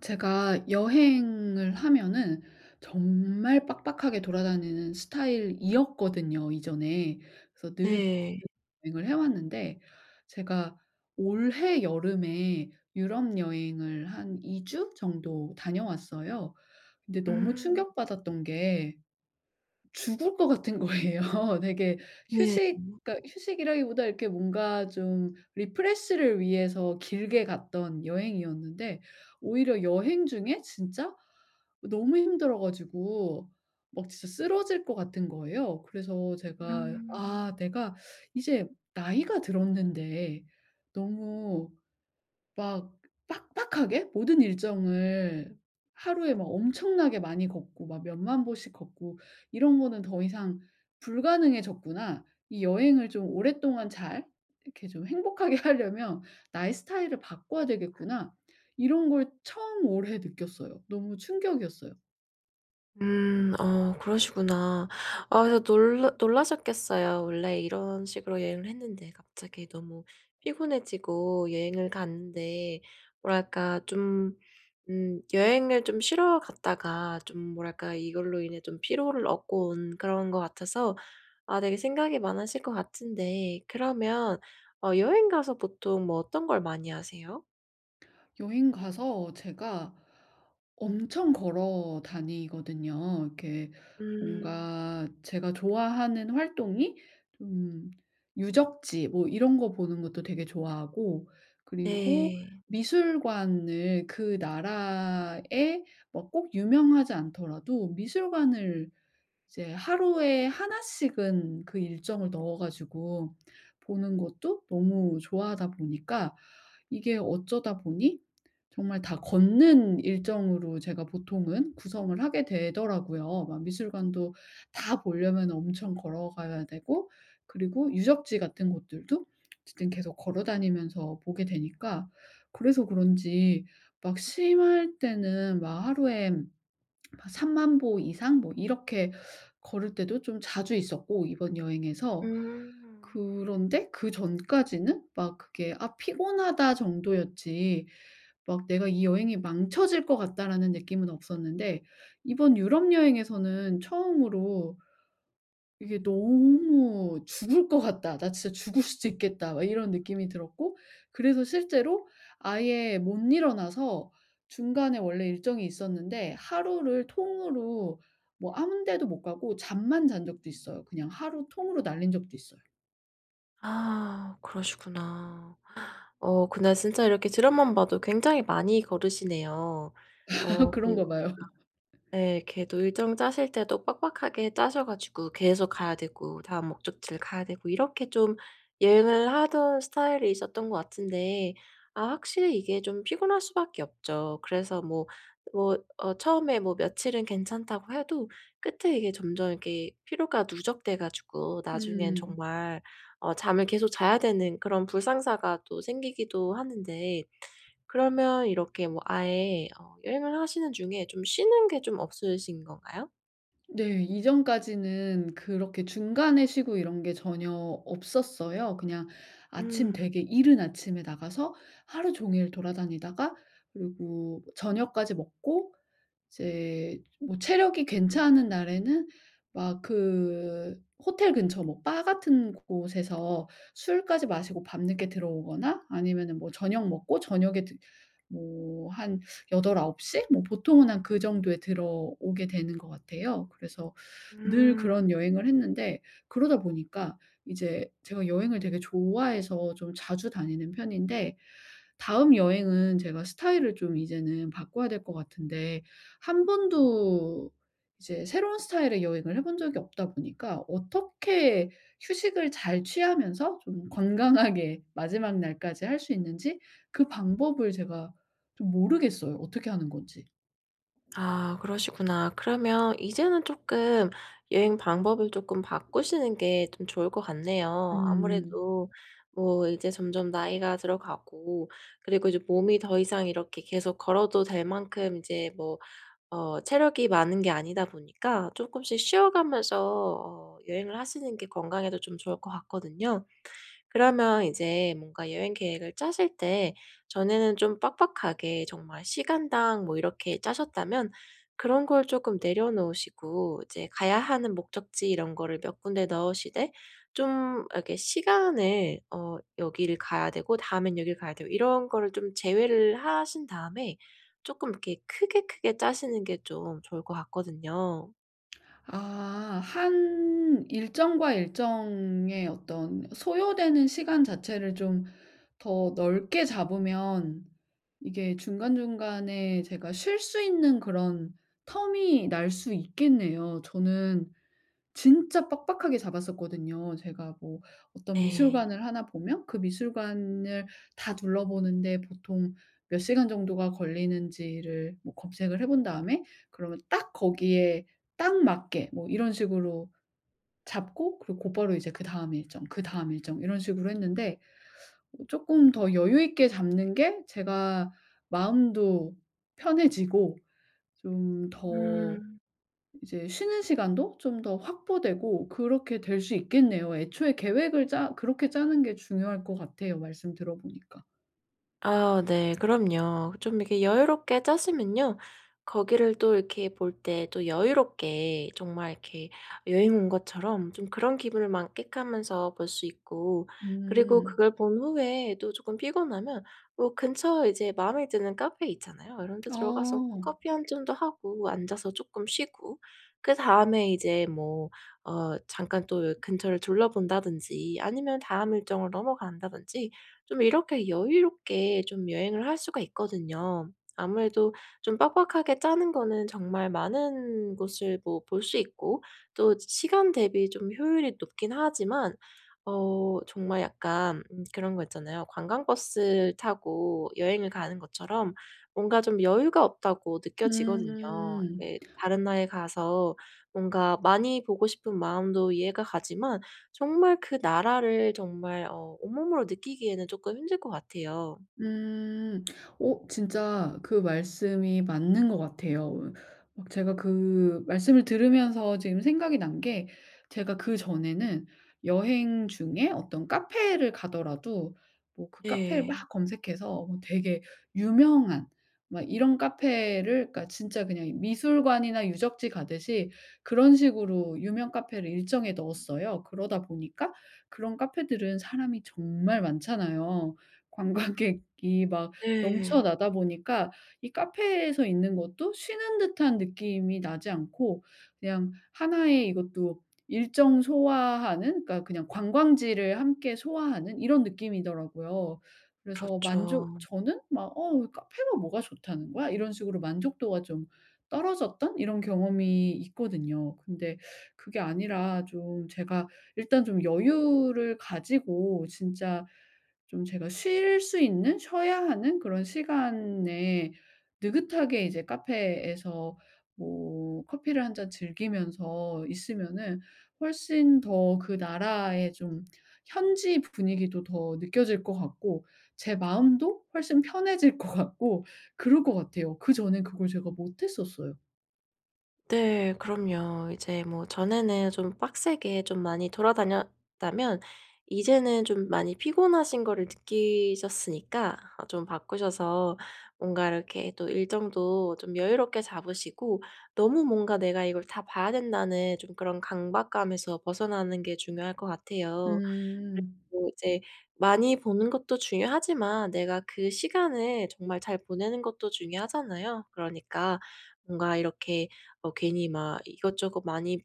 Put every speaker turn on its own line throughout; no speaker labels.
제가 여행을 하면은 정말 빡빡하게 돌아다니는 스타일이었거든요, 이전에. 그래서 늘
네.
여행을 해왔는데, 제가 올해 여름에 유럽 여행을 한 2주 정도 다녀왔어요. 근데 너무
음.
충격받았던 게 죽을 것 같은 거예요. 되게
네.
휴식,
음.
그러니까 휴식이라기보다 이렇게 뭔가 좀 리프레시를 위해서 길게 갔던 여행이었는데, 오히려 여행 중에 진짜 너무 힘들어 가지고 막 진짜 쓰러질 것 같은 거예요. 그래서 제가
음.
'아, 내가 이제 나이가 들었는데 너무 막 빡빡하게 모든 일정을, 하루에 막 엄청나게 많이 걷고 막 몇만 보씩 걷고 이런 거는 더 이상 불가능해졌구나. 이 여행을 좀 오랫동안 잘 이렇게 좀 행복하게 하려면 나의 스타일을 바꿔야 되겠구나.' 이런 걸 처음 올해 느꼈어요. 너무 충격이었어요.
음. 어 그러시구나. 아, 그래서 놀라셨겠어요. 원래 이런 식으로 여행을 했는데 갑자기 너무 피곤해지고, 여행을 갔는데 뭐랄까 좀, 여행을 좀 쉬러 갔다가 좀, 뭐랄까 이걸로 인해 좀 피로를 얻고 온 그런 것 같아서, 아, 되게 생각이 많으실 것 같은데, 그러면 어 여행 가서 보통 뭐 어떤 걸 많이 하세요?
여행 가서 제가 엄청 걸어 다니거든요. 이렇게
음.
뭔가 제가 좋아하는 활동이 좀, 유적지 뭐 이런 거 보는 것도 되게 좋아하고, 그리고
네.
미술관을 그 나라에 뭐 꼭 유명하지 않더라도 미술관을 이제 하루에 하나씩은 그 일정을 넣어 가지고 보는 것도 너무 좋아하다 보니까, 이게 어쩌다 보니 정말 다 걷는 일정으로 제가 보통은 구성을 하게 되더라고요. 막 미술관도 다 보려면 엄청 걸어가야 되고, 그리고 유적지 같은 곳들도 어쨌든 계속 걸어 다니면서 보게 되니까, 그래서 그런지 막 심할 때는 막 하루에 3만보 이상 뭐 이렇게 걸을 때도 좀 자주 있었고, 이번 여행에서.
음.
그런데 그전까지는 막 그게 '아 피곤하다.' 정도였지 막 '내가 이 여행이 망쳐질 것 같다.'라는 느낌은 없었는데, 이번 유럽 여행에서는 처음으로 이게 너무 '죽을 것 같다. 나 진짜 죽을 수도 있겠다.' 막 이런 느낌이 들었고, 그래서 실제로 아예 못 일어나서 중간에 원래 일정이 있었는데, 하루를 통으로 뭐 아무 데도 못 가고 잠만 잔 적도 있어요. 그냥 하루 통으로 날린 적도 있어요.
아 그러시구나. 어, 그날 진짜 이렇게 드라마만 봐도 굉장히 많이 걸으시네요. 어,
그런가
그리고
봐요.
네. 걔도 일정 짜실 때도 빡빡하게 짜셔 가지고 계속 가야 되고, 다음 목적지를 가야 되고, 이렇게 좀 여행을 하던 스타일이 있었던 것 같은데, 아, 확실히 이게 좀 피곤할 수밖에 없죠. 그래서 뭐, 뭐 어 처음에 뭐 며칠은 괜찮다고 해도 끝에 이게 점점 이렇게 피로가 누적돼 가지고 나중엔
음.
정말 어 잠을 계속 자야 되는 그런 불상사가 또 생기기도 하는데, 그러면 이렇게 뭐 아예 어 여행을 하시는 중에 좀 쉬는 게 좀 없으신 건가요?
네. 이전까지는 그렇게 중간에 쉬고 이런 게 전혀 없었어요. 그냥 아침,
음.
되게 이른 아침에 나가서 하루 종일 돌아다니다가 그리고 저녁까지 먹고, 이제 뭐 체력이 괜찮은 날에는 막 그 호텔 근처 뭐 바 같은 곳에서 술까지 마시고 밤늦게 들어오거나, 아니면은 뭐 저녁 먹고 저녁에 뭐 한 8-9시 뭐 보통은 한 그 정도에 들어오게 되는 것 같아요. 그래서 늘
음.
그런 여행을 했는데, 그러다 보니까 이제 제가 여행을 되게 좋아해서 좀 자주 다니는 편인데, 다음 여행은 제가 스타일을 좀 이제는 바꿔야 될 것 같은데, 한 번도 이제 새로운 스타일의 여행을 해본 적이 없다 보니까 어떻게 휴식을 잘 취하면서 좀 건강하게 마지막 날까지 할 수 있는지, 그 방법을 제가 좀 모르겠어요, 어떻게 하는 건지.
아 그러시구나. 그러면 이제는 조금 여행 방법을 조금 바꾸시는 게 좀 좋을 것 같네요.
음.
아무래도 뭐 이제 점점 나이가 들어가고, 그리고 이제 몸이 더 이상 이렇게 계속 걸어도 될 만큼 이제 뭐 어 체력이 많은 게 아니다 보니까, 조금씩 쉬어가면서 어 여행을 하시는 게 건강에도 좀 좋을 것 같거든요. 그러면 이제 뭔가 여행 계획을 짜실 때 전에는 좀 빡빡하게 정말 시간당 뭐 이렇게 짜셨다면, 그런 걸 조금 내려놓으시고 이제 가야 하는 목적지 이런 거를 몇 군데 넣으시되, 좀 이렇게 시간을, 어 여기를 가야 되고 다음엔 여기를 가야 되고 이런 거를 좀 제외를 하신 다음에 조금 이렇게 크게, 크게 짜시는 게 좀 좋을 것 같거든요.
아, 한 일정과 일정의 어떤 소요되는 시간 자체를 좀 더 넓게 잡으면 이게 중간중간에 제가 쉴 수 있는 그런 텀이 날 수 있겠네요. 저는 진짜 빡빡하게 잡았었거든요. 제가 뭐 어떤
네.
미술관을 하나 보면 그 미술관을 다 둘러보는데 보통 몇 시간 정도가 걸리는지를 뭐 검색을 해본 다음에 그러면 딱 거기에 딱 맞게 뭐 이런 식으로 잡고, 그리고 곧바로 이제 그다음 일정, 그다음 일정 이런 식으로 했는데, 조금 더 여유 있게 잡는 게 제가 마음도 편해지고 좀더
음.
이제 쉬는 시간도 좀 더 확보되고 그렇게 될 수 있겠네요. 애초에 계획을 짜 그렇게 짜는 게 중요할 것 같아요, 말씀 들어 보니까.
아 네. 그럼요. 좀 이렇게 여유롭게 짜시면요, 거기를 또 이렇게 볼 때 또 여유롭게 정말 이렇게 여행 온 것처럼 좀 그런 기분을 만끽하면서 볼 수 있고, 그리고
음.
그걸 본 후에 또 조금 피곤하면 뭐 근처 이제 마음에 드는 카페 있잖아요. 이런 데 들어가서
아.
커피 한 잔도 하고 앉아서 조금 쉬고, 그다음에 이제 뭐 어 잠깐 또 근처를 둘러본다든지 아니면 다음 일정을 넘어간다든지 좀 이렇게 여유롭게 좀 여행을 할 수가 있거든요. 아무래도 좀 빡빡하게 짜는 거는 정말 많은 곳을 뭐 볼 수 있고 또 시간 대비 좀 효율이 높긴 하지만, 어 정말 약간, 그런 거 있잖아요. 관광버스 타고 여행을 가는 것처럼 뭔가 좀 여유가 없다고 느껴지거든요.
음.
이게 다른 나라에 가서 뭔가 많이 보고 싶은 마음도 이해가 가지만, 정말 그 나라를 정말 어 온몸으로 느끼기에는 쪼끔 힘들 것 같아요.
음. 어, 진짜 그 말씀이 맞는 것 같아요. 막 제가 그 말씀을 들으면서 지금 생각이 난 게, 제가 그전에는 여행 중에 어떤 카페를 가더라도 뭐 그 카페를
네.
막 검색해서 뭐 되게 유명한 막 이런 카페를, 그러니까 진짜 그냥 미술관이나 유적지 가듯이 그런 식으로 유명 카페를 일정에 넣었어요. 그러다 보니까 그런 카페들은 사람이 정말 많잖아요. 관광객이 막
네.
넘쳐나다 보니까 이 카페에서 있는 것도 쉬는 듯한 느낌이 나지 않고, 그냥 하나의 이것도 일정 소화하는, 그러니까 그냥 관광지를 함께 소화하는 이런 느낌이더라고요. 그래서
그렇죠.
만족 저는 막 '어, 카페가 뭐가 좋다는 거야?' 이런 식으로 만족도가 좀 떨어졌던 이런 경험이 있거든요. 근데 그게 아니라 좀 제가 일단 좀 여유를 가지고 진짜 좀 제가 쉴 수 있는, 쉬어야 하는 그런 시간에 느긋하게 이제 카페에서 뭐 커피를 한 잔 즐기면서 있으면은 훨씬 더 그 나라의 좀 현지 분위기도 더 느껴질 것 같고, 제 마음도 훨씬 편해질 것 같고 그럴 것 같아요. 그전엔 그걸 제가 못 했었어요.
네. 그럼요. 이제 뭐 전에는 좀 빡세게 좀 많이 돌아다녔다면, 이제는 좀 많이 피곤하신 거를 느끼셨으니까 어 좀 바꾸셔서 뭔가 이렇게 또 일정도 좀 여유롭게 잡으시고, 너무 뭔가 '내가 이걸 다 봐야 된다.'는 좀 그런 강박감에서 벗어나는 게 중요할 것 같아요.
음.
그리고 이제 많이 보는 것도 중요하지만 내가 그 시간을 정말 잘 보내는 것도 중요하잖아요. 그러니까 뭔가 이렇게 어 괜히 막 이것저것 많이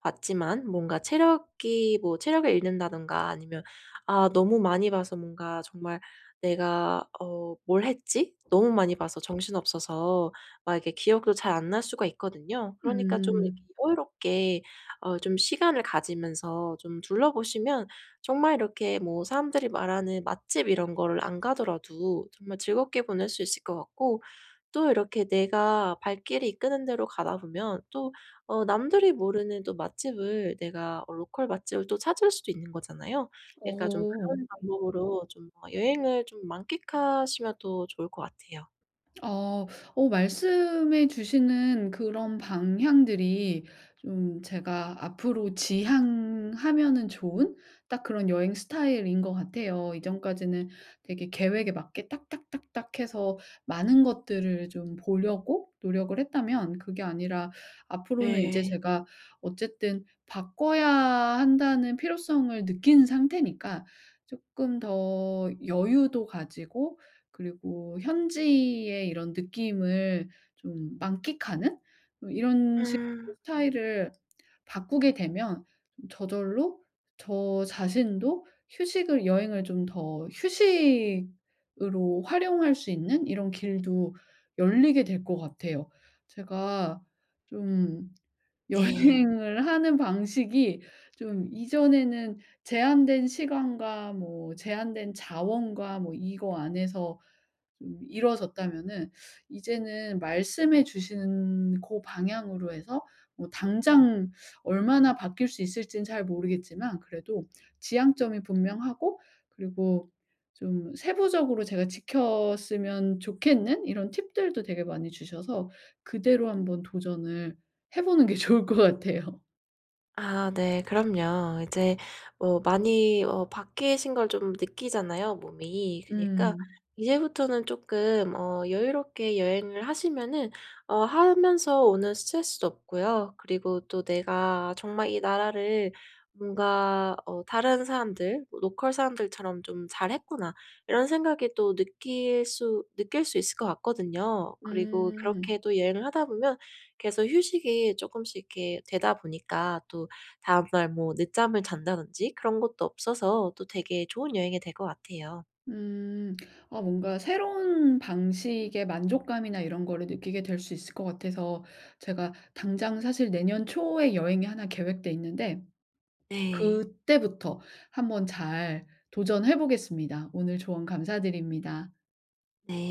봤지만 뭔가 체력이, 뭐 체력을 잃는다든가 아니면 '아 너무 많이 봐서 뭔가 정말 내가 어 뭘 했지? 너무 많이 봐서 정신없어서.' 막 이렇게 기억도 잘 안 날 수가 있거든요. 그러니까 좀 이렇게
음.
여유롭게 어 좀 시간을 가지면서 좀 둘러보시면 정말 이렇게 뭐 사람들이 말하는 맛집 이런 거를 안 가더라도 정말 즐겁게 보낼 수 있을 것 같고, 또 이렇게 내가 발길이 이끄는 대로 가다 보면 또 어 남들이 모르는 또 맛집을, 내가 어 로컬 맛집을 또 찾을 수도 있는 거잖아요. 그러니까 좀
어.
그런 방법으로 좀 어 여행을 좀 만끽하시면 또 좋을 것 같아요.
어. 어, 말씀해 주시는 그런 방향들이 좀 제가 앞으로 지향하면은 좋은 딱 그런 여행 스타일인 것 같아요. 이전까지는 되게 계획에 맞게 딱딱딱딱 해서 많은 것들을 좀 보려고 노력을 했다면, 그게 아니라 앞으로는 이제
네.
제가 어쨌든 바꿔야 한다는 필요성을 느낀 상태니까 조금 더 여유도 가지고 그리고 현지의 이런 느낌을 좀 만끽하는 뭐 이런 식으로
음.
스타일을 바꾸게 되면 저절로 저 자신도 휴식을, 여행을 좀 더 휴식으로 활용할 수 있는 이런 길도 열리게 될 것 같아요. 제가 좀
네.
여행을 하는 방식이 좀 이전에는 제한된 시간과 뭐 제한된 자원과 뭐 이거 안에서 좀 이루어졌다면은, 이제는 말씀해 주시는 그 방향으로 해서 뭐 당장 얼마나 바뀔 수 있을지는 잘 모르겠지만, 그래도 지향점이 분명하고, 그리고 좀 세부적으로 제가 지켰으면 좋겠는 이런 팁들도 되게 많이 주셔서 그대로 한번 도전을 해 보는 게 좋을 것 같아요.
아 네. 그럼요. 이제 뭐 많이 어 바뀌신 걸 좀 느끼잖아요, 몸이. 그니까 러
음.
이제부터는 조금 어 여유롭게 여행을 하시면은 어, 하면서 오는 스트레스도 없고요. 그리고 또 내가 정말 이 나라를 뭔가 어 다른 사람들, 뭐 로컬 사람들처럼 좀 '잘했구나.' 이런 생각이 또 느낄 수 있을 것 같거든요. 그리고 그렇게
음.
또 여행을 하다 보면 계속 휴식이 조금씩 이렇게 되다 보니까 또 다음날 뭐 늦잠을 잔다든지 그런 것도 없어서 또 되게 좋은 여행이 될 것 같아요.
음. 아, 뭔가 새로운 방식의 만족감이나 이런 거를 느끼게 될 수 있을 것 같아서 제가 당장, 사실 내년 초에 여행이 하나 계획돼 있는데
네.
그때부터 한번 잘 도전해 보겠습니다. 오늘 조언 감사드립니다.
네.